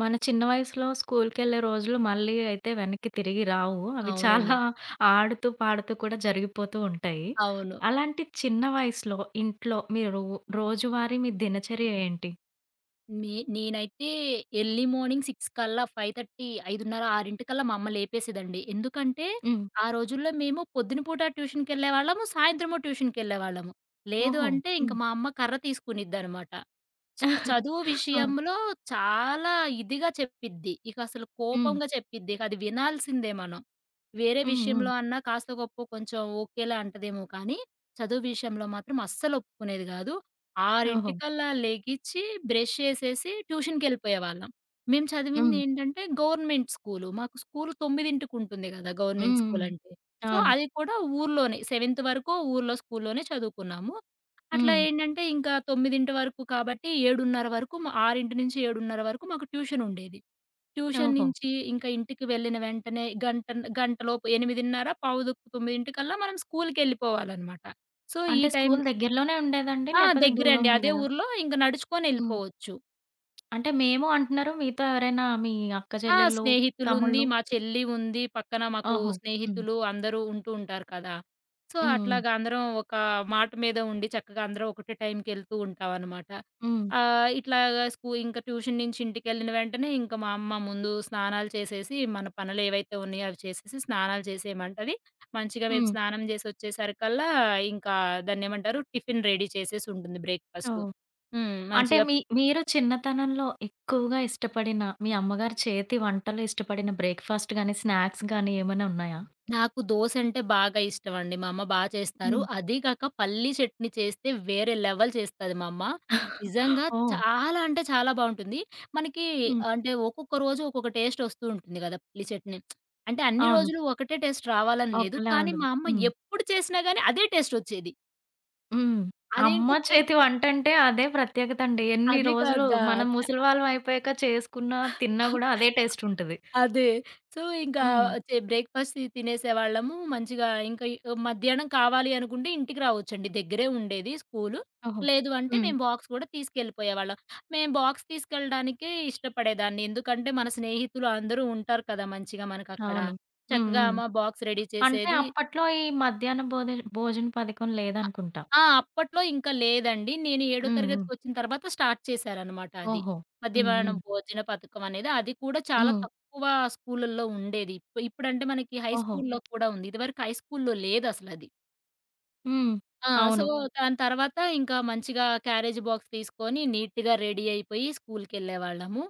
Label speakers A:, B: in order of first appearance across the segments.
A: మన చిన్న వయసులో స్కూల్‌కెళ్ళే రోజులు మళ్ళీ అయితే వెనక్కి తిరిగి రావు. అవి
B: అవునండి.
A: చాలా ఆడుతూ, పాడుతూ కూడా జరిగిపోతూ ఉంటాయి.
B: అవును.
A: అలాంటి చిన్న వయసులో ఇంట్లో మీరు రోజువారీ మీ దినచర్య ఏంటి?
B: నేనైతే ఎర్లీ మార్నింగ్ 6 కల్లా 5:30, 6 మా అమ్మ లేపేసేదండి. ఎందుకంటే,
A: హ్మ్.
B: ఆ రోజుల్లో మేము పొద్దున పూట ట్యూషన్‌కెళ్ళేవాళ్ళము, సాయంత్రము ట్యూషన్‌కెళ్ళేవాళ్ళము. లేదు
A: ఓహో!
B: అంటే ఇంక
A: హ్మ్.
B: మా అమ్మ కర్ర తీసుకునిద్దనమాట. చ చదువు
A: ఆ!
B: విషయంలో చాలా ఇదిగా చెప్పిద్ది. ఇకసలు
A: హ్మ్.
B: కోపంగా చెప్పిద్ది. ఇకది వినాల్సిందే మనం. వేరే
A: హ్మ్. హ్మ్.
B: విషయంలో అన్నా కాస్తో గొప్పో కొంచెం ఓకేలా అంటదేమో కానీ, చదువు విషయంలో మాత్రం అస్సలు ఒప్పుకునేది గాదు.
A: ఓహో!
B: 6:00కల్లా లెగిచి, బ్రష్ చేసేసి ట్యూషన్‌కెళ్ళిపోయేవాళ్ళం. మేము
A: హ్మ్.
B: చదివిందేంటంటే గవర్నమెంట్ స్కూలు. మాకు స్కూలు 9కి ఉంటుంది గదా!
A: హ్మ్.
B: గవర్నమెంట్
A: హ్మ్.
B: స్కూలంటే. సో,
A: అవును.
B: అది కూడా ఊర్లోనే. సెవెంత్ వరకు ఊర్లో స్కూల్లోనే చదువుకున్నాము. అట్లా
A: హ్మ్.
B: ఏంటంటే ఇంకా 9:00 వరకు కాబట్టి 7:30 వరకు మా 6-7:30 వరకు మాకు ట్యూషన్ ఉండేది. ట్యూషన్
A: ఓహో!
B: నుంచి ఇంకా ఇంటికి వెళ్ళిన వెంటనే గంట గంటలోపు 8:30 పావుదుక్కు 9:00కల్లా మనం స్కూల్‌కెళ్ళిపోవాలనమాట. సో, ఈ
A: అంటే
B: టైం
A: స్కూల్ దగ్గరలోనే ఉండేదండి?
B: ఆ!
A: లేకపోతే
B: దగ్గరే అండి.
A: దూరం
B: అదే
A: ఉండేదా?
B: ఊర్లో ఇంక
A: హ్మ్.
B: నడుచుకొనెళ్ళిపోవచ్చు.
A: అంటే మేము అంటున్నారు. మీతో ఎవరైనా మీ అక్క
B: ఆ!
A: చెల్లెళ్ళు,
B: స్నేహితులుంది,
A: తమ్ముళ్ళు?
B: మా చెల్లి ఉంది, పక్కన మాకు
A: ఓహో! హ్మ్.
B: స్నేహితులు అందరూ ఉంటూ ఉంటారు కదా! సో,
A: హ్మ్.
B: అట్లాగా అందరం ఒక మాట మీద ఉండి చక్కగా అందరం ఒకటే టైంకెళ్తూ ఉంటామనమాట.
A: హ్మ్.
B: ఇట్లాగా స్కూ ఇంక ట్యూషన్ నుంచి ఇంటికెళ్ళిన వెంటనే ఇంక మా అమ్మ ముందు స్నానాలు చేసేసి, మన పనులేవైతే ఉన్నాయో అవి చేసేసి స్నానాలు చేసేయమంటది. మంచిగా మేము
A: హ్మ్.
B: స్నానం చేసొచ్చేసరికల్లా ఇంకా దాన్నేమంటారు టిఫిన్ రెడీ చేసేసుంటుంది బ్రేక్‌ఫాస్టు.
A: ఓహ్!
B: హ్మ్.
A: అంటే
B: మంచిగా
A: మీరు చిన్నతనంలో ఎక్కువగా ఇష్టపడిన మీ అమ్మగారి చేతి వంటలు ఇష్టపడిన బ్రేక్‌ఫాస్ట్ గాని, స్నాక్స్ గాని ఏమైనా ఉన్నాయా?
B: నాకు దోసంటే బాగా ఇష్టమండి. మా అమ్మ బా చేస్తారు.
A: హ్మ్.
B: అదీ కాక పల్లీ చట్నీ చేస్తే వేరే లెవెల్ చేస్తది మా అమ్మ. నిజంగా
A: ఓహ్!
B: చాలా అంటే చాలా బావుంటుంది. మనకి
A: హ్మ్.
B: అంటే ఒక్కొక్క రోజు ఒక్కొక్క టేస్ట్ వస్తూ ఉంటుంది గదా! పల్లీ చట్నీ. అంటే అన్ని
A: అవును.
B: రోజులు ఒకటే టేస్ట్ రావాలని లేదు.
A: ఒకలా
B: కానీ
A: ఉండదు.
B: మా అమ్మ
A: హ్మ్.
B: ఎప్పుడు చేసినా గానీ అదే టేస్ట్ వచ్చేది.
A: హ్మ్.
B: అదేంటో
A: అమ్మ
B: తెల్
A: చేతి వంటంటే అదే ప్రత్యేకతండి. ఎన్ని
B: అదే
A: రోజులు
B: కదా!
A: మనం ముసలివాళ్ళం అయిపోయాక చేసుకున్నా, తిన్నా గూడా అదే టేస్ట్ ఉంటది.
B: అదే. సో, ఇంకా
A: హ్మ్.
B: బ్రేక్‌ఫాస్ట్ తినేసేవాళ్ళము. మంచిగా ఇంకా ఈ మధ్యాహ్నం కావాలి అనుకుంటే ఇంటికి రావచ్చండి. దగ్గరే ఉండేది స్కూలు.
A: ఓహో!
B: లేదు అంటే
A: హ్మ్.
B: మేము బాక్స్ కూడా తీసుకెళ్ళిపోయేవాళ్ళం. మేము బాక్స్ తీసుకెళ్ళడానికే ఇష్టపడేదాన్ని. ఎందుకంటే మన స్నేహితులు అందరూ ఉంటారు కదా! మంచిగా మనకక్కడ.
A: అవును. హ్మ్.
B: చక్కగా
A: హ్మ్.
B: అమ్మ బాక్స్ రెడీ
A: అంటే
B: చేసేది
A: అప్పట్లో ఈ మధ్యాహ్న భోద భోజన పథకం
B: అ
A: లేదనుకుంటా.
B: ఆ! అప్పట్లో ఇంకా లేదండి. నేను ఏడో
A: హ్మ్. హ్మ్.
B: తరగతికొచ్చిన తర్వాత స్టార్ట్ చేశారనమాట అది.
A: ఓహో! హ్మ్.
B: మధ్యాహ్నం
A: హ్మ్.
B: భోజన పథకం అనేది. అది కూడా చాలా
A: హ్మ్.
B: తక్కువ స్కూలుల్లో ఉండేది. ఇప్పుడంటే మనకి హై
A: ఓహో!
B: స్కూలులో కూడా ఉంది. ఇదివరకు హై స్కూలులో లేదసలది.
A: హ్మ్.
B: ఆ! సో,
A: అవును.
B: దాని తర్వాత ఇంకా మంచిగా క్యారేజ్ బాక్స్ తీసుకొని నీట్‌గా రెడీ అయిపోయి స్కూలుకెళ్ళేవాళ్ళము.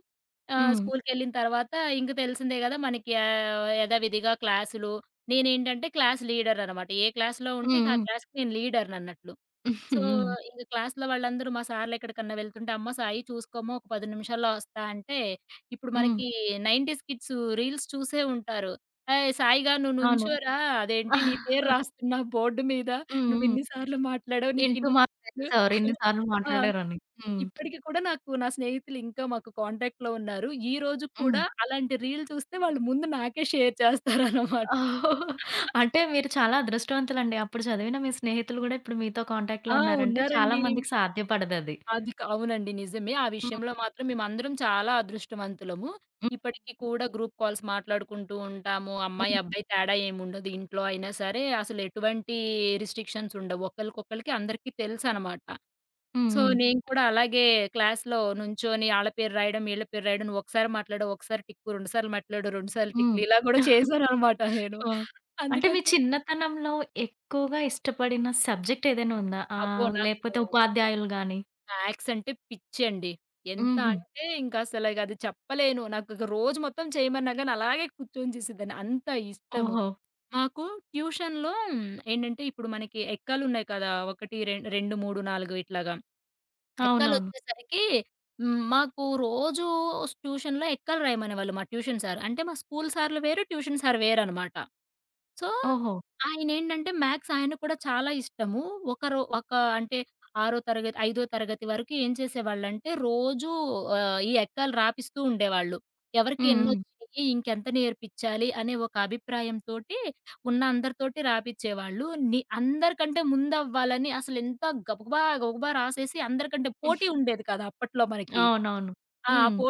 A: హ్మ్.
B: స్కూలుకెళ్ళిన తర్వాత ఇంక తెలిసిందే గదా! మనకి యథావిధిగా క్లాసులు నేనేంటంటే క్లాస్ లీడరనమాట. ఏ క్లాస్‌లో ఉంటే
A: హ్మ్.
B: ఇక ఆ
A: హ్మ్.
B: క్లాస్‌కి నేను లీడర్‌నన్నట్లు. సో,
A: హ్మ్.
B: ఇంక క్లాస్‌లో వాళ్ళందరూ మా సార్‌లెక్కడికన్నా వెళ్తుంటే, "అమ్మ సాయి చూసుకోమ్మా ఒక 10 నిమిషాల్లో ఒస్తా" అంటే, ఇప్పుడు
A: హ్మ్.
B: మనకి 90స్ కిడ్స్ రీల్స్ చూసే ఉంటారు. "ఏయ్! సాయిగా నువ్వు
A: అవును.
B: నుంచోరా అదేంటి నీ పేరు రాస్తున్నా బోర్డు మీద.
A: హ్మ్.
B: నువ్వు
A: హ్మ్.
B: ఇన్ని సార్లు మాట్లాడావు
A: ఇంటూ
B: నీకిన్ని"
A: మార్క్ వేసేసేవారు ఇన్ని సార్లు
B: ఆ!
A: మాట్లాడారని. హ్మ్.
B: ఇప్పటికి కూడా నాకు నా స్నేహితులు ఇంకా మాకు కాంటాక్ట్‌లో ఉన్నారు. ఈ రోజు
A: హ్మ్.
B: కూడా అలాంటి రీల్ చూస్తే వాళ్ళు ముందు నాకే షేర్ చేస్తారనమాట.
A: అంటే మీరు చాలా అదృష్టవంతులండి. అప్పుడు చదివిన మీ స్నేహితులు గూడా ఇప్పుడు మీతో కాంటాక్ట్‌లో
B: ఆ!
A: ఉన్నారంటే చాలా
B: ఉన్నారండి.
A: మందికి సాధ్యపడదది.
B: అది క అవునండి. నిజమే. ఆ
A: హ్మ్.
B: విషయంలో మాత్రం మేమందరం చాలా అదృష్టవంతులము.
A: హ్మ్.
B: ఇప్పటికి కూడా గ్రూప్ కాల్స్ మాట్లాడుకుంటూ ఉంటాము. అమ్మాయి,
A: హ్మ్.
B: అబ్బాయి తేడా ఏముండదు. ఇంట్లో అయినా సరే అసలు ఎటువంటి రిస్ట్రిక్షన్స్ ఉండవు. ఒకళ్ళకొకళ్ళకి అందరికీ తెలుసనమాట.
A: హ్మ్.
B: సో,
A: హ్మ్.
B: నేను కూడా అలాగే క్లాస్‌లో నుంచొని ఆళ్ళ పేరు రాయడం, ఈళ్ళ పేరు రాయడం. నువ్వు ఒకసారి మాట్లాడవు, ఒకసారి టిక్కు, రెండు సార్లు మాట్లాడు, రెండు సార్లు
A: హ్మ్.
B: టిక్‌లు ఇలా గూడా చేశాననమాట నేను.
A: ఆ! అంటే
B: అందుకని
A: మీ
B: చెప్పి
A: చిన్నతనంలో ఎక్కువగా ఇష్టపడిన సబ్జెక్ట్ ఏదైనా ఉందా?
B: అబ్బో!
A: ఆహ్,
B: నాకు
A: లేకపోతే ఉపాధ్యాయులు గాని?
B: స్నాక్స్ అంటే పిచ్చండి. ఎంత
A: హుహు.
B: అంటే ఇంకసలు అది చెప్పలేను. నాకిక రోజు మొత్తం చేయమన్నా గాని అలాగే కూర్చొని చేసేదాన్ని. అంత ఇష్టము.
A: ఓహో!
B: మాకు ట్యూషన్‌లో ఏంటంటే ఇప్పుడు మనకి ఎక్కాలున్నాయి కదా! 1, 2, 2, 3, 4 ఇట్లాగా.
A: అవునవును.
B: ఎక్కాలొచ్చేసరికి హ్మ్. మాకు రోజు ట్యూషన్‌లో ఎక్కలు రాయమనేవాళ్ళు మా ట్యూషన్ సారు. అంటే మా స్కూల్ సార్‌లు వేరు, ట్యూషన్ సారు వేరనమాట. సో,
A: ఓహో!
B: ఆయనేంటంటే మ్యాథ్స్ ఆయన కూడా చాలా ఇష్టము. ఒకరో ఒక అంటే ఆరో తరగతి, ఐదో తరగతి వరకు ఏం చేసేవాళ్ళంటే రోజూ ఈ ఎక్కలు రాపిస్తూ ఉండేవాళ్ళు. ఎవరికి
A: హ్మ్.
B: ఎన్నొచ్చినియి, ఇంకెంత నేర్పిచ్చాలి అనే ఒక అభిప్రాయంతోటి ఉన్న అందరితోటి రాపిచ్చేవాళ్ళు. ని అందరికంటే ముందవ్వాలని అసలెంత గబగబా, గబగబా రాసేసి అందరికంటే
A: హ్మ్.
B: పోటీ ఉండేది కదా! అప్పట్లో మనకి.
A: అవునవును.
B: ఆ!
A: హ్మ్.
B: పో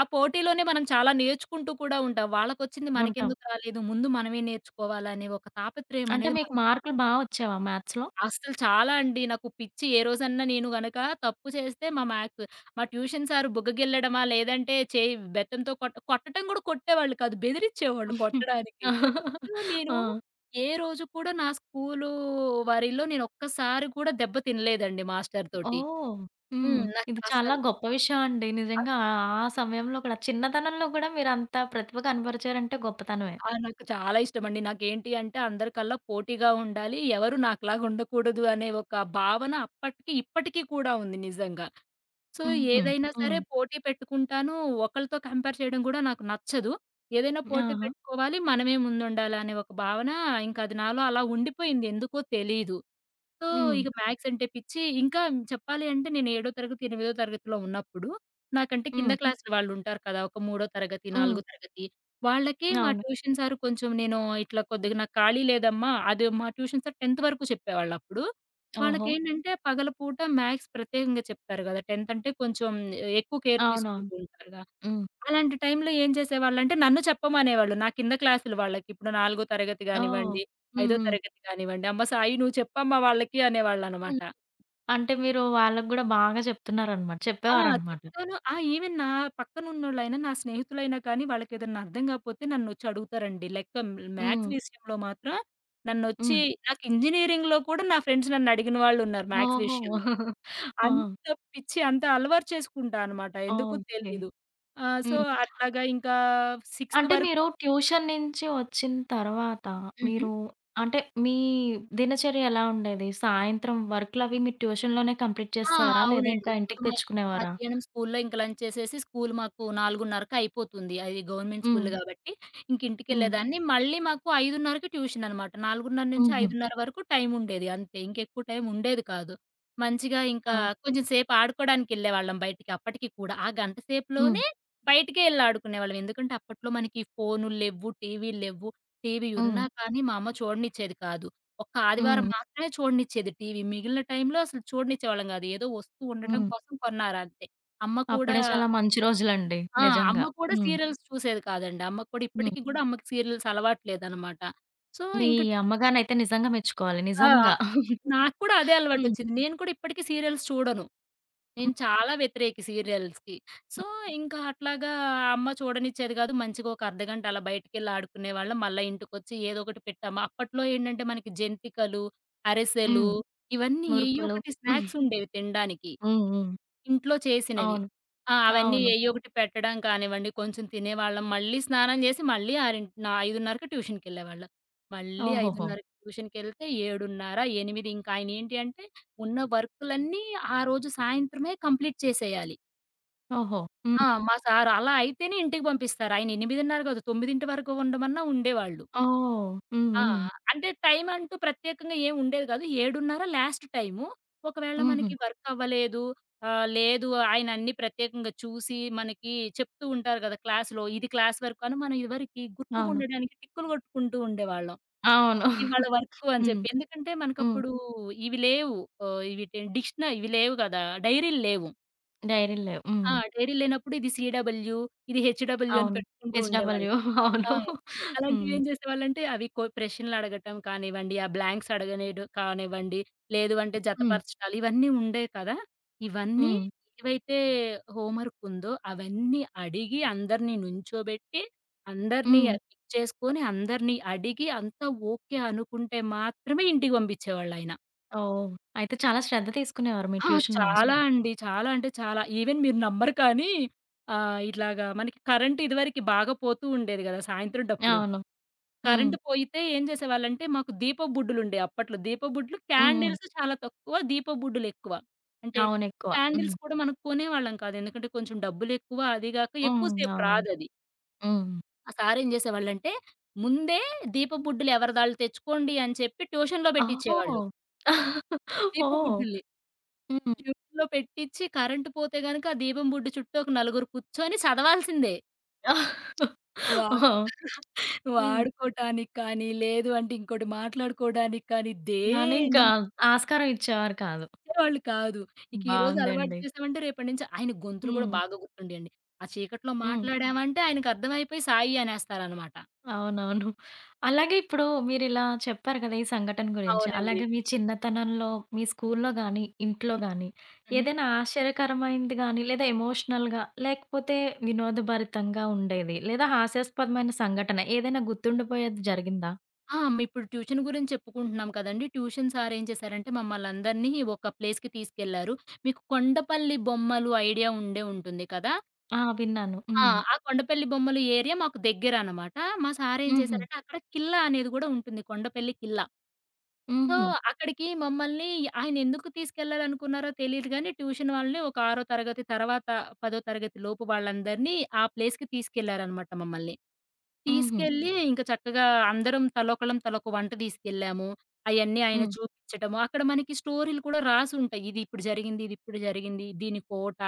B: ఆ పోటీలోనే మనం చాలా నేర్చుకుంటూ కూడా ఉంటాం. వాళ్ళకొచ్చింది
A: ఉంటాం.
B: మనకెందుకు రాలేదు? ముందు మనమే నేర్చుకోవాలనే ఒక తాపత్రయం
A: అంటే
B: అనేది
A: మీకు
B: మనకు
A: మార్కులు బా వచ్చేవా మ్యాథ్స్‌లో?
B: అస్సలు చాలా అండి. నాకు పిచ్చి ఏ రోజన్నా నేను గనక తప్పు చేస్తే మా మ్యాథ్స్ మా ట్యూషన్ సారు బుగ్గగిల్లడమా, లేదంటే చేయి బెత్తంతో కొట్టటం గూడా కొట్టేవాళ్ళు కాదు. బెదిరిచ్చేవాళ్ళు కొట్టడానికి. సో, నేను
A: ఆ!
B: ఏ రోజు కూడా నా స్కూలు వరిలో నేనొక్కసారి కూడా దెబ్బ తినలేదండి మాస్టరు తోటి.
A: ఓహ్!
B: హ్మ్.
A: హ్మ్.
B: నాకు
A: ఇది చాలా
B: అసలు
A: గొప్ప విషయం అండి. నిజంగా ఆ సమయంలో కూడా చిన్నతనంలో కూడా మీరంత ప్రతిభ కనపరిచారంటే గొప్పతనమే.
B: ఆ! నాకు చాలా ఇష్టమండి. నాకేంటి అంటే అందరికల్లా పోటీగా ఉండాలి. ఎవరు నాకులాగా ఉండకూడదు అనే ఒక భావన అప్పటికి, ఇప్పటికి కూడా ఉంది నిజంగా. సో,
A: హుహు.
B: ఏదైనా సరే
A: హ్మ్.
B: పోటీ పెట్టుకుంటాను. ఒకళ్ళతో కంపేర్ చేయడం కూడా నాకు నచ్చదు. ఏదైనా పోటీ
A: ఆహా!
B: పెట్టుకోవాలి. మనమే ముందుండాలి అనే ఒక భావన ఇంకా అది నాలో అలా ఉండిపోయింది. ఎందుకో తెలీదు. సో,
A: హ్మ్.
B: ఇక మ్యాథ్స్ అంటే పిచ్చి. ఇంకా చెప్పాలి అంటే నేను ఏడో తరగతి, ఎనిమిదో తరగతిలో ఉన్నప్పుడు నాకంటే కింద
A: హ్మ్.
B: హ్మ్. క్లాసుల వాళ్ళుంటారు కదా! ఒక మూడో తరగతి,
A: హ్మ్.
B: నాలుగో తరగతి వాళ్ళకే మా
A: అవును.
B: ట్యూషన్ సారు కొంచెం నేను ఇట్లా కొద్దిగా నాకు ఖాళీ లేదమ్మా. అది మా ట్యూషన్ సార్ 10థ్ వరకు చెప్పేవాళ్ళప్పుడు.
A: ఓహో!
B: వాళ్ళకేంటంటే పగలపూట మ్యాథ్స్ ప్రత్యేకంగా చెప్తారు కదా! 10థ్ అంటే కొంచెం ఎక్కువ కేర్
A: అవునవును.
B: తీసుకుంటూ ఉంటారు.
A: హ్మ్.
B: అలాంటి టైంలో ఏం చేసేవాళ్ళంటే నన్ను చెప్పమనేవాళ్ళు. నా కింద క్లాసులు వాళ్ళకి. ఇప్పుడు నాలుగో తరగతి
A: ఓహ్!
B: గానివ్వండి,
A: హ్మ్.
B: ఐదో
A: హ్మ్.
B: తరగతి గానివ్వండి, "అమ్మ సాయి నువ్వు చెప్పమ్మా వాళ్ళకి"
A: హ్మ్.
B: అనేవాళ్ళనమాట.
A: అంటే మీరు వాళ్ళకి గూడా బాగా
B: ఆ!
A: చెప్పేవారనమాట.
B: చెప్తాను. ఆ! ఈవెన్ నా పక్కనున్నోళ్ళైనా, నా స్నేహితులైనా కానీ వాళ్ళకేదన్నా అర్థం కాకపోతే నన్నొచ్చి అడుగుతారండి. లెక్క మ్యాథ్స్
A: హ్మ్.
B: విషయంలో మాత్రం నన్నొచ్చి
A: హ్మ్.
B: నాకు ఇంజినీరింగ్‌లో కూడా నా ఫ్రెండ్స్ నన్నడిగిన వాళ్ళున్నారు మ్యాథ్స్
A: ఓహో!
B: విషయంలో.
A: ఆ!
B: అంత పిచ్చి, అంత అలవాటు చేసుకుంటా అనమాట. ఎందుకో
A: ఓకే.
B: తెలీదు. సో,
A: హ్మ్.
B: అట్లాగా ఇంకా సిక్స్త్
A: అంటే
B: వరకు
A: మీరు ట్యూషన్ నుంచి వచ్చిన తర్వాత
B: హుహు.
A: మీరు అంటే మీ దినచర్య ఎలా ఉండేది? సాయంత్రం వర్కులవి మీరు ట్యూషన్‌లోనే కంప్లీట్
B: ఆ!
A: చేసేవారా? లేదా
B: అవునండి.
A: ఇంకా
B: ఇప్పుడు
A: ఇంటికి
B: మ
A: తెచ్చుకునేవారా?
B: మధ్యాహ్నం స్కూల్లో ఇంక లంచ్ చేసేసి స్కూల్ మాకు 4:30కి అయిపోతుంది. అది గవర్నమెంట్
A: హ్మ్.
B: స్కూల్ గాబట్టి. ఇంక
A: హ్మ్.
B: ఇంటికెళ్ళేదాన్ని. మళ్ళీ మాకు 5:30కి ట్యూషన్ అనమాట.
A: హుహు.
B: 4:30-5:30 వరకు టైం ఉండేది అంతే. ఇంకెక్కువ టైం ఉండేది కాదు. మంచిగా ఇంకా
A: ఆ!
B: కొంచెం సేపు ఆడుకోవడానికెళ్ళేవాళ్ళం బయటికి అప్పటికి కూడా. ఆ గంట
A: హ్మ్.
B: సేపులోనే బయటికే ఎళ్లి ఆడుకునేవాళ్ళం. ఎందుకంటే అప్పట్లో మనకి ఫోనుల్లేవ్వు, టీవీల్లేవ్వు. టీవీ
A: హ్మ్.
B: ఉన్నా కానీ మా అమ్మ చూడనిచ్చేది కాదు. ఒక్క ఆదివారం
A: హ్మ్.
B: మాత్రమే చూడనిచ్చేది టీవీ. మిగిలిన టైంలో అసలు చూడనిచ్చేవాళ్ళం గాదు. ఏదో వస్తూ ఉండటం
A: హ్మ్.
B: కోసం కొన్నారంతే. అమ్మ కూడా
A: అప్పుడే
B: ఓకే.
A: చాలా మంచి రోజులండి.
B: ఆ! అమ్మ
A: నిజంగా.
B: కూడా
A: హ్మ్.
B: సీరియల్స్ చూసేది కాదండి. అమ్మ కూడా
A: హ్మ్.
B: ఇప్పటికి గూడా అమ్మకి సీరియల్స్ అలవాట్లేదనమాట. సో,
A: మీ
B: ఇంక
A: అమ్మగారినైతే నిజంగా మెచ్చుకోవాలి.
B: ఆ!
A: నిజంగా.
B: నాకు కూడా అదే
A: హ్మ్.
B: అలవాటొచ్చింది. నేను కూడా ఇప్పటికి సీరియల్స్ చూడను. నేను
A: హ్మ్.
B: చాలా వ్యతిరేకి సీరియల్స్‌కి. సో, ఇంకా అట్లాగా అమ్మ చూడనిచ్చేది గాదు. మంచిగా ఒక అర్ధగంట అలా బయటికెళ్ళి ఆడుకునేవాళ్ళం. మళ్ళా ఇంటికొచ్చి ఏదో ఒకటి పెట్టామా అప్పట్లో ఏంటంటే మనకి జంతికలు, అరిసెలు
A: హ్మ్.
B: ఇవన్నీ ఏయ్యో
A: మురుకులు.
B: ఒకటి
A: హ్మ్.
B: స్నాక్స్ ఉండేవి తినడానికి.
A: హ్మ్.
B: ఇంట్లో చేసినవి.
A: అవును.
B: ఆ! అవన్నీ
A: అవును.
B: ఎయ్యో ఒకటి పెట్టడం కానివ్వండి, కొంచెం తినేవాళ్ళం. మళ్ళీ స్నానం జేసి మళ్ళీ ఆరింట్ నా 5:30కి ట్యూషన్‌కెళ్ళేవాళ్ళం. మళ్ళీ
A: ఓహోహో!
B: 5:30కి ట్యూషన్‌కెళ్తే 7:30, 8 ఇంక ఆయన ఏంటి అంటే ఉన్న వర్కులన్నీ ఆ రోజు సాయంత్రమే కంప్లీట్ చేసేయాలి.
A: ఓహో!
B: ఆ!
A: హ్మ్.
B: మా సారు అలా అయితేనే ఇంటికి పంపిస్తారు. ఆయన 8:30 కాదు 9 వరకు ఉండమన్నా ఉండేవాళ్ళు.
A: ఓహ్! హ్మ్.
B: ఆ!
A: హ్మ్.
B: అంటే టైం అంటూ ప్రత్యేకంగా ఏమి ఉండేది కాదు. 7:30 లాస్ట్ టైము. ఒకవేళ
A: హుహు.
B: మనకి వర్క్ అవ్వలేదు, లేదు ఆయన అన్నీ ప్రత్యేకంగా చూసి మనకి చెప్తూ ఉంటారు కదా! క్లాస్‌లో ఇది క్లాస్ వర్క్ అని మనం ఇదివరకి
A: అవును.
B: గుర్తుకుండడానికి టిక్కులు కొట్టుకుంటూ ఉండేవాళ్ళం.
A: అవును.
B: ఇది వాళ్ళ వర్కు అని
A: హ్మ్.
B: చెప్పి. ఎందుకంటే
A: హ్మ్.
B: మనకప్పుడు ఇవి లేవు. ఇవిటి డిక్షన ఇవి లేవు కదా! డైరీలు లేవు.
A: డైరీలు లేవు. హ్మ్.
B: ఆ! డైరీ లేనప్పుడు ఇది సీడబ్ల్యూ, ఇది హెచ్‌డబ్ల్యూ అని
A: అవును.
B: పెట్టుకుంటూ ఉండేవాళ్ళం.
A: హెచ్‌డబ్ల్యూ అవును.
B: అవును.
A: హ్మ్.
B: అలాంటివేం చేసేవాళ్ళంటే అవి కొ ప్రశ్నలడగటం కానివ్వండి, ఆ బ్లాంక్స్ అడగనేడు కానివ్వండి, లేదు అంటే
A: హ్మ్.
B: జతపరచడాలు ఇవన్నీ ఉండేవి కదా! ఇవన్నీ
A: హ్మ్.
B: ఏవైతే హోంవర్క్ ఉందో అవన్నీ అడిగి అందరిని నుంచోబెట్టి, అందరిని
A: హ్మ్.
B: పిక్ చేసుకొని, అందరిని అడిగి అంతా ఓకే అనుకుంటే మాత్రమే ఇంటికి పంపించేవాళ్ళాయన.
A: ఓహ్! అయితే చాలా శ్రద్ధ తీసుకునేవారు మీ
B: ఆ!
A: ట్యూషన్
B: చాలా
A: మాస్టర్.
B: హ్మ్. అండి. చాలా అంటే చాలా. ఈవెన్ మీరు నమ్మరు కానీ ఇట్లాగా మనకి కరెంట్ ఇదివరకి బాగా పోతూ ఉండేది గదా! సాయంత్రం డప్పుడు.
A: అవును. హ్మ్.
B: కరెంట్ పోయితే ఏం చేసేవాళ్ళంటే మాకు దీపపు బుడ్డులుండేయి అప్పట్లో. దీపపు బుడ్లు,
A: హ్మ్. హ్మ్.
B: క్యాండిల్స్ చాలా తక్కువ, దీపపు బుడ్డులెక్కువ. అంటే
A: అవును. ఎక్కువ. హ్మ్.
B: క్యాండిల్స్ కూడా మనం కొనేవాళ్ళం కాదు. ఎందుకంటే కొంచెం డబ్బులెక్కువ. అది గాక
A: హ్మ్.
B: ఎక్కువ సేపు
A: అవును.
B: రాదది.
A: హ్మ్.
B: ఆ సారేం చేసేవాళ్ళంటే ముందే దీపపు బుడ్డులు ఎవరిదాళ్ళు తెచ్చుకోండి అని చెప్పి ట్యూషన్‌లో
A: ఓహో!
B: పెట్టిచ్చేవాళ్ళు దీపపు
A: ఓహ్!
B: బుడ్డుల్ని.
A: హ్మ్.
B: ట్యూన్‌లో పెట్టిచ్చి కరెంట్ పోతే గనక ఆ దీపం బుడ్డి చుట్టూ ఒక నలుగురు కూర్చొని చదవాల్సిందే. వా
A: ఓహ్! హ్మ్.
B: వాడుకోటానికి కానీ, లేదు అంటే ఇంకోటి మాట్లాడుకోవడానికి కానీ,
A: కానీ ఇంకా
B: దేన్నిచ్చేవాళ్ళు
A: ఆస్కారం ఇచ్చేవారు కాదు.
B: కాదు. ఇక ఈరోజు అలవాటు
A: బావుందండి.
B: చేసామంటే రేపటి నుంచి ఆయన గొంతులు కూడా
A: హ్మ్.
B: బాగా గుర్తుండేయండి. ఆ చీకట్లో
A: హ్మ్.
B: మాట్లాడామంటే ఆయనకర్థమైపోయి సాయి అనేస్తారనమాట.
A: అవునవును. అలాగే ఇప్పుడు మీరిలా చెప్పారు కదా! ఈ సంఘటన గురించి.
B: అవునండి.
A: అలాగే మీ చిన్నతనంలో, మీ స్కూల్లో గానీ, ఇంట్లో గానీ,
B: హుహు.
A: ఏదైనా ఆశ్చర్యకరమైనది గానీ, లేదా ఎమోషనల్‌గా, లేకపోతే వినోదభరితంగా ఉండేది, లేదా హాస్యాస్పదమైన సంఘటన ఏదైనా గుర్తుండిపోయేది జరిగిందా?
B: ఆ! మేము ఇప్పుడు ట్యూషన్ గురించి చెప్పుకుంటున్నాం కదండీ. ట్యూషన్ సార్ ఏం చేశారంటే మమ్మల్నందరినీ ఒక ప్లేస్‌కి తీసుకెళ్లారు. మీకు కొండపల్లి బొమ్మలు ఐడియా ఉండే ఉంటుంది కదా!
A: ఆ! విన్నాను.
B: ఆ!
A: హ్మ్.
B: ఆ కొండపల్లి బొమ్మలు ఏరియా మాకు దగ్గరనమాట. మా సార్ ఏం
A: హుహు.
B: చేశారంటే అక్కడ ఖిల్లా అనేది గూడా ఉంటుంది. కొండపల్లి ఖిల్లా. సో,
A: హుహు.
B: అక్కడికి మమ్మల్ని ఆయన ఎందుకు తీసుకెళ్లాలనుకున్నారో తెలీదు గానీ, ట్యూషన్ వాళ్ళని ఒక ఆరో తరగతి తర్వాత, పదో తరగతి లోపు వాళ్ళందరినీ ఆ ప్లేస్‌కి తీసుకెళ్లారనమాట మమ్మల్ని.
A: హుహు.
B: తీసుకెళ్ళి ఇంక చక్కగా అందరం తలోకళ్ళం తలొక వంట తీసుకెళ్ళాము. అయన్నీ ఆయన
A: హ్మ్.
B: చూపించటము. అక్కడ మనకి స్టోరీలు కూడా రాసుంటాయి. ఇది ఇప్పుడు జరిగింది, ఇది ఇప్పుడు జరిగింది, దీని కోట,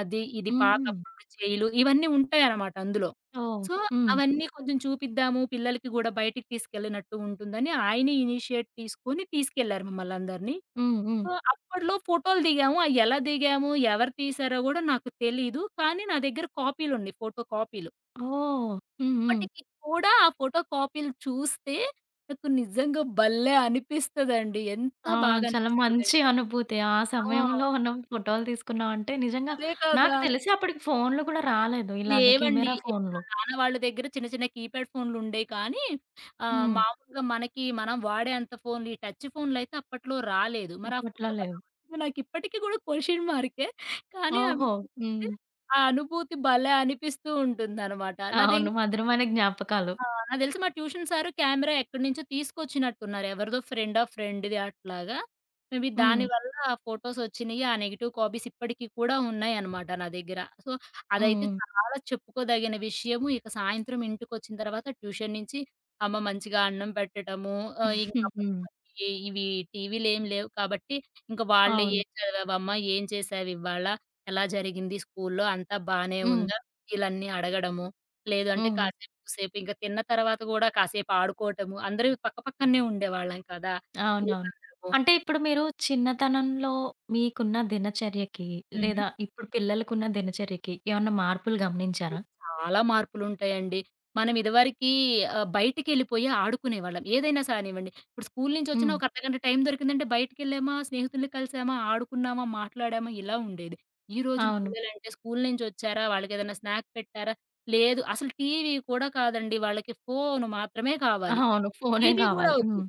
B: అది ఇది
A: హుహు.
B: పాతప్పుడు జైలు ఇవన్నీ ఉంటాయనమాట అందులో.
A: ఓహ్!
B: సో,
A: హ్మ్.
B: అవన్నీ కొంచెం చూపిద్దాము పిల్లలకి గూడా బయటికి తీసుకెళ్ళినట్టు ఉంటుందని ఆయనే ఇనిషియేట్ తీసుకొని తీసుకెళ్లారు మమ్మల్నందరిని.
A: హ్మ్. హ్మ్.
B: సో, అప్పట్లో ఫోటోలు దిగాము. అయ్యెలా దిగాము, ఎవరు తీశారో గూడా నాకు తెలీదు. కానీ నా దగ్గర కాపీలున్నయి ఫోటో కాపీలు.
A: ఓహ్! హ్మ్. హ్మ్.
B: ఇప్పటికి కూడా ఆ ఫోటో కాపీలు చూస్తే నాకు నిజంగా భలే అనిపిస్తదండి. ఎంత
A: ఆ!
B: బాగా
A: చాలా
B: అనిపిస్తదంటే
A: మంచి అనుభూతి. ఆ
B: ఆ!
A: సమయంలో మనం ఫోటోలు తీసుకున్నామంటే నిజంగా
B: అదే కదా!
A: నాకు తెలిసి అప్పటికి ఫోన్‌లు కూడా రాలేదు. ఇలాగ
B: లేవండి.
A: కెమెరా
B: మా
A: ఫోన్‌లు.
B: నాన్న వాళ్ళ దగ్గర చిన్న చిన్న కీప్యాడ్ ఫోన్లుండేయి కానీ
A: హ్మ్.
B: మామూలుగా మనకి మనం వాడేంత ఫోన్లు ఈ టచ్ ఫోన్లయితే అప్పట్లో రాలేదు. మరి ఆ
A: అప్పట్లో
B: ఫోటోలు ఎలా
A: లేవు.
B: వచ్చిందో నాకిప్పటికి కూడా క్వెషన్ మార్కే. కానీ అవి
A: ఓహో!
B: చూస్తే
A: హ్మ్.
B: ఆ అనుభూతి భలే అనిపిస్తూ ఉంటుందనమాట. నా
A: అవును.
B: దగ్గర
A: మధురమైన జ్ఞాపకాలు.
B: ఆ! నాకు తెలిసి మా ట్యూషన్ సారు కెమెరా ఎక్కడి నుంచో తీసుకొచ్చినట్టున్నారు. ఎవరిదో ఫ్రెండ్ ఆఫ్ ఫ్రెండ్‌ది అట్లాగా. మేబీ
A: హ్మ్.
B: దానివల్ల ఆ ఫోటోస్ వచ్చినియి. ఆ నెగెటివ్ కాపీస్ ఇప్పటికి కూడా ఉన్నాయన్నమాట నా దగ్గర. సో, అదైతే
A: హ్మ్.
B: చాలా చెప్పుకోదగిన విషయము. ఇక సాయంత్రం ఇంటికొచ్చిన తర్వాత ట్యూషన్ నుంచి అమ్మ మంచిగా అన్నం పెట్టడము. ఇంకా
A: హ్మ్. హ్మ్.
B: ఈ ఇవి టీవీలేమి లేవు కాబట్టి, ఇంక వాళ్ళే
A: అవును.
B: "ఏం చదివావమ్మా? ఏం చేశావివ్వాళ? ఎలా జరిగింది స్కూల్లో? అంతా బానే
A: హ్మ్.
B: ఉందా?" ఇలన్నీ అడగడము. లేదు అంటే
A: హ్మ్.
B: కాసేపు కూసేపు ఇంక తిన్న తర్వాత గూడా కాసేపు ఆడుకోటము. అందరూ పక్కపక్కనే ఉండేవాళ్ళం కదా!
A: అవునవును.
B: పిల్లలందరము.
A: అంటే ఇప్పుడు మీరు చిన్నతనంలో మీకున్న దినచర్యకి,
B: హ్మ్.
A: లేదా ఇప్పుడు పిల్లలకున్న దినచర్యకి ఏమన్నా మార్పులు గమనించారా?
B: చాలా మార్పులుంటాయండి. మనం ఇదివరకి బయటికెళ్ళిపోయి ఆడుకునేవాళ్ళం. ఏదైనా సానివ్వండి. ఇప్పుడు స్కూలు నుంచొచ్చినా
A: హ్మ్.
B: ఒక అర్ధగంట టైం దొరికిందంటే బయటికెళ్ళామా, స్నేహితుల్ని కలిసామా, ఆడుకున్నామా, మాట్లాడామా ఇలా ఉండేది. ఈ రోజుల
A: అవును.
B: పిల్లలంటే స్కూలు నుంచొచ్చారా, వాళ్ళకేదైనా స్నాక్ పెట్టారా, లేదు అసలు టీవీ కూడా కాదండి. వాళ్ళకి ఫోను మాత్రమే కావాలి.
A: అవును. ఫోనే
B: టీవీ గూడా
A: కావాలి.
B: ఒద్దు.
A: హ్మ్.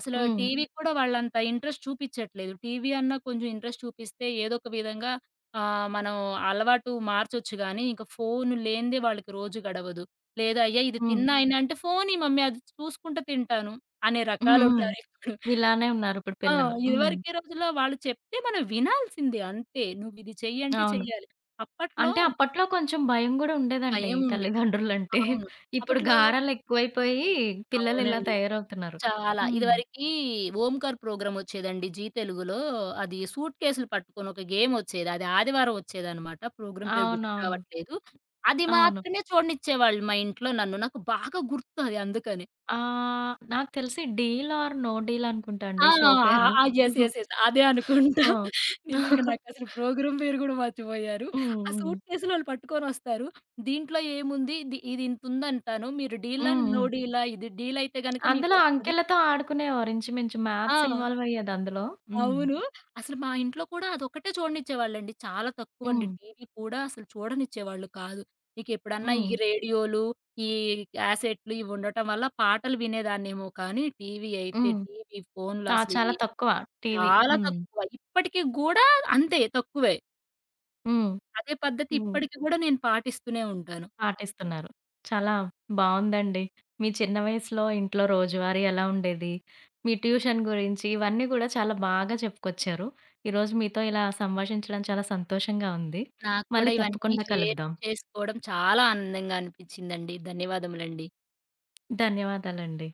B: అసలు
A: హ్మ్.
B: టీవీ కూడా వాళ్ళంత ఇంట్రెస్ట్ చూపిచ్చట్లేదు. టీవీ అన్నా కొంచెం ఇంట్రెస్ట్ చూపిస్తే ఏదో ఒక విధంగా మనం అలవాటు మార్చొచ్చు గానీ, ఇంక ఫోను లేనిదే వాళ్ళకి రోజు గడవదు. లేదా "అయ్యా! ఇది
A: హ్మ్.
B: తిన్నా హ్మ్. అయినా" అంటే "ఫోనియి మమ్మీ అది చూసుకుంట తింటాను" అనే
A: హ్మ్.
B: రకాలున్నారిప్పుడు.
A: ఇలానే ఉన్నారిప్పుడు
B: ఆ!
A: పిల్లలు. హ్మ్.
B: ఇదివరకే రోజుల్లో వాళ్ళు చెప్తే మనం వినాల్సిందే అంతే. నువ్విది చెయ్యంటే
A: అవును.
B: చెయ్యాలి. అప్పట్లో
A: అంటే అప్పట్లో కొంచెం భయం గూడా ఉండేదండి
B: భయం ఉండేది.
A: తల్లిదండ్రులంటే.
B: అవును.
A: ఇప్పుడు
B: అప్పట్లో
A: గారాలెక్కువైపోయి పిల్లలిలా
B: అవునండి.
A: తయారవుతున్నారు.
B: చాలా.
A: హ్మ్.
B: ఇదివరకి ఓంకార్ ప్రోగ్రామొచ్చేదండి జీ తెలుగులో. అది సూట్ కేసులు పట్టుకొని ఒక గేమొచ్చేది. అది ఆదివారం ఒచ్చేదనమాట. ప్రోగ్రామ్ పేరు గుర్తు
A: అవునవును.
B: రావట్లేదు. అది
A: అవును.
B: మాత్రమే చూడనిచ్చేవాళ్ళు మా ఇంట్లో నన్ను. నాకు బాగా గుర్తు అది అందుకని.
A: ఆహ్, నాకు తెలిసి 'డీల్ ఆర్ నో డీల్' అనుకుంటా
B: ఆ!
A: అండి
B: ఆ!
A: షో పేరు.
B: ఆ! యెస్. యెస్. యెస్. అదే అనుకుంటా.
A: ఆ!
B: నిజంగా
A: హ్మ్.
B: నాకసలు ప్రోగ్రామ్ పేరు గూడా మర్చిపోయారు. ఆ
A: హ్మ్.
B: సూట్ కేసులో ఆళ్ళు పట్టుకొనొస్తారు. దీంట్లో ఏముంది? ఇది ఇంతుందంటాను. మీరు డీలా?
A: హ్మ్.
B: నో
A: హ్మ్.
B: డీలా? ఇది డీలయితే గనక
A: అందులో
B: మీకొస్తది.
A: అంకెలతో ఆడుకునేవారు ఇంచుమించు
B: ఆ!
A: మ్యాథ్స్ ఇన్వాల్వ్ అయ్యేది అందులో. హ్మ్.
B: అవును. అసలు మా ఇంట్లో కూడా అదొక్కటే చూడనిచ్చేవాళ్ళండి. చాలా తక్కువండి.
A: హ్మ్.
B: టీవీ కూడా అసలు చూడనిచ్చేవాళ్ళు కాదు. ఇకెప్పుడన్నా
A: హ్మ్.
B: ఈ రేడియోలు, ఈ క్యాసెట్లు ఇవుండటం వల్ల పాటలు వినేదాన్నేమో కానీ, టీవీ అయితే
A: హ్మ్.
B: టీవీ, ఫోన్లు
A: ఆ!
B: అసలు
A: చాలా
B: ఇయి
A: తక్కువ టీవీ.
B: చాలా
A: హ్మ్.
B: తక్కువ. ఇప్పటికి గూడా అంతే తక్కువే.
A: హ్మ్.
B: అదే పద్ధతి
A: హ్మ్.
B: ఇప్పటికి గూడా నేను పాటిస్తూనే ఉంటాను.
A: పాటిస్తున్నారు. చాలా బావుందండి. మీ చిన్న వయసులో ఇంట్లో రోజువారీ ఎలా ఉండేది? మీ ట్యూషన్ గురించి ఇవన్నీ గూడా చాలా బాగా చెప్పుకొచ్చారు. ఈరోజు మీతో ఇలా సంభాషించడం చాలా సంతోషంగా ఉంది.
B: నాకు కూడా
A: మళ్ళీ
B: ఇవన్నీ
A: తప్పకుండా
B: షేర్
A: కలుద్దాం.
B: చేసుకోవడం చాలా ఆనందంగా అనిపిచ్చిందండి. ధన్యవాదములండి.
A: ధన్యవాదాలండి.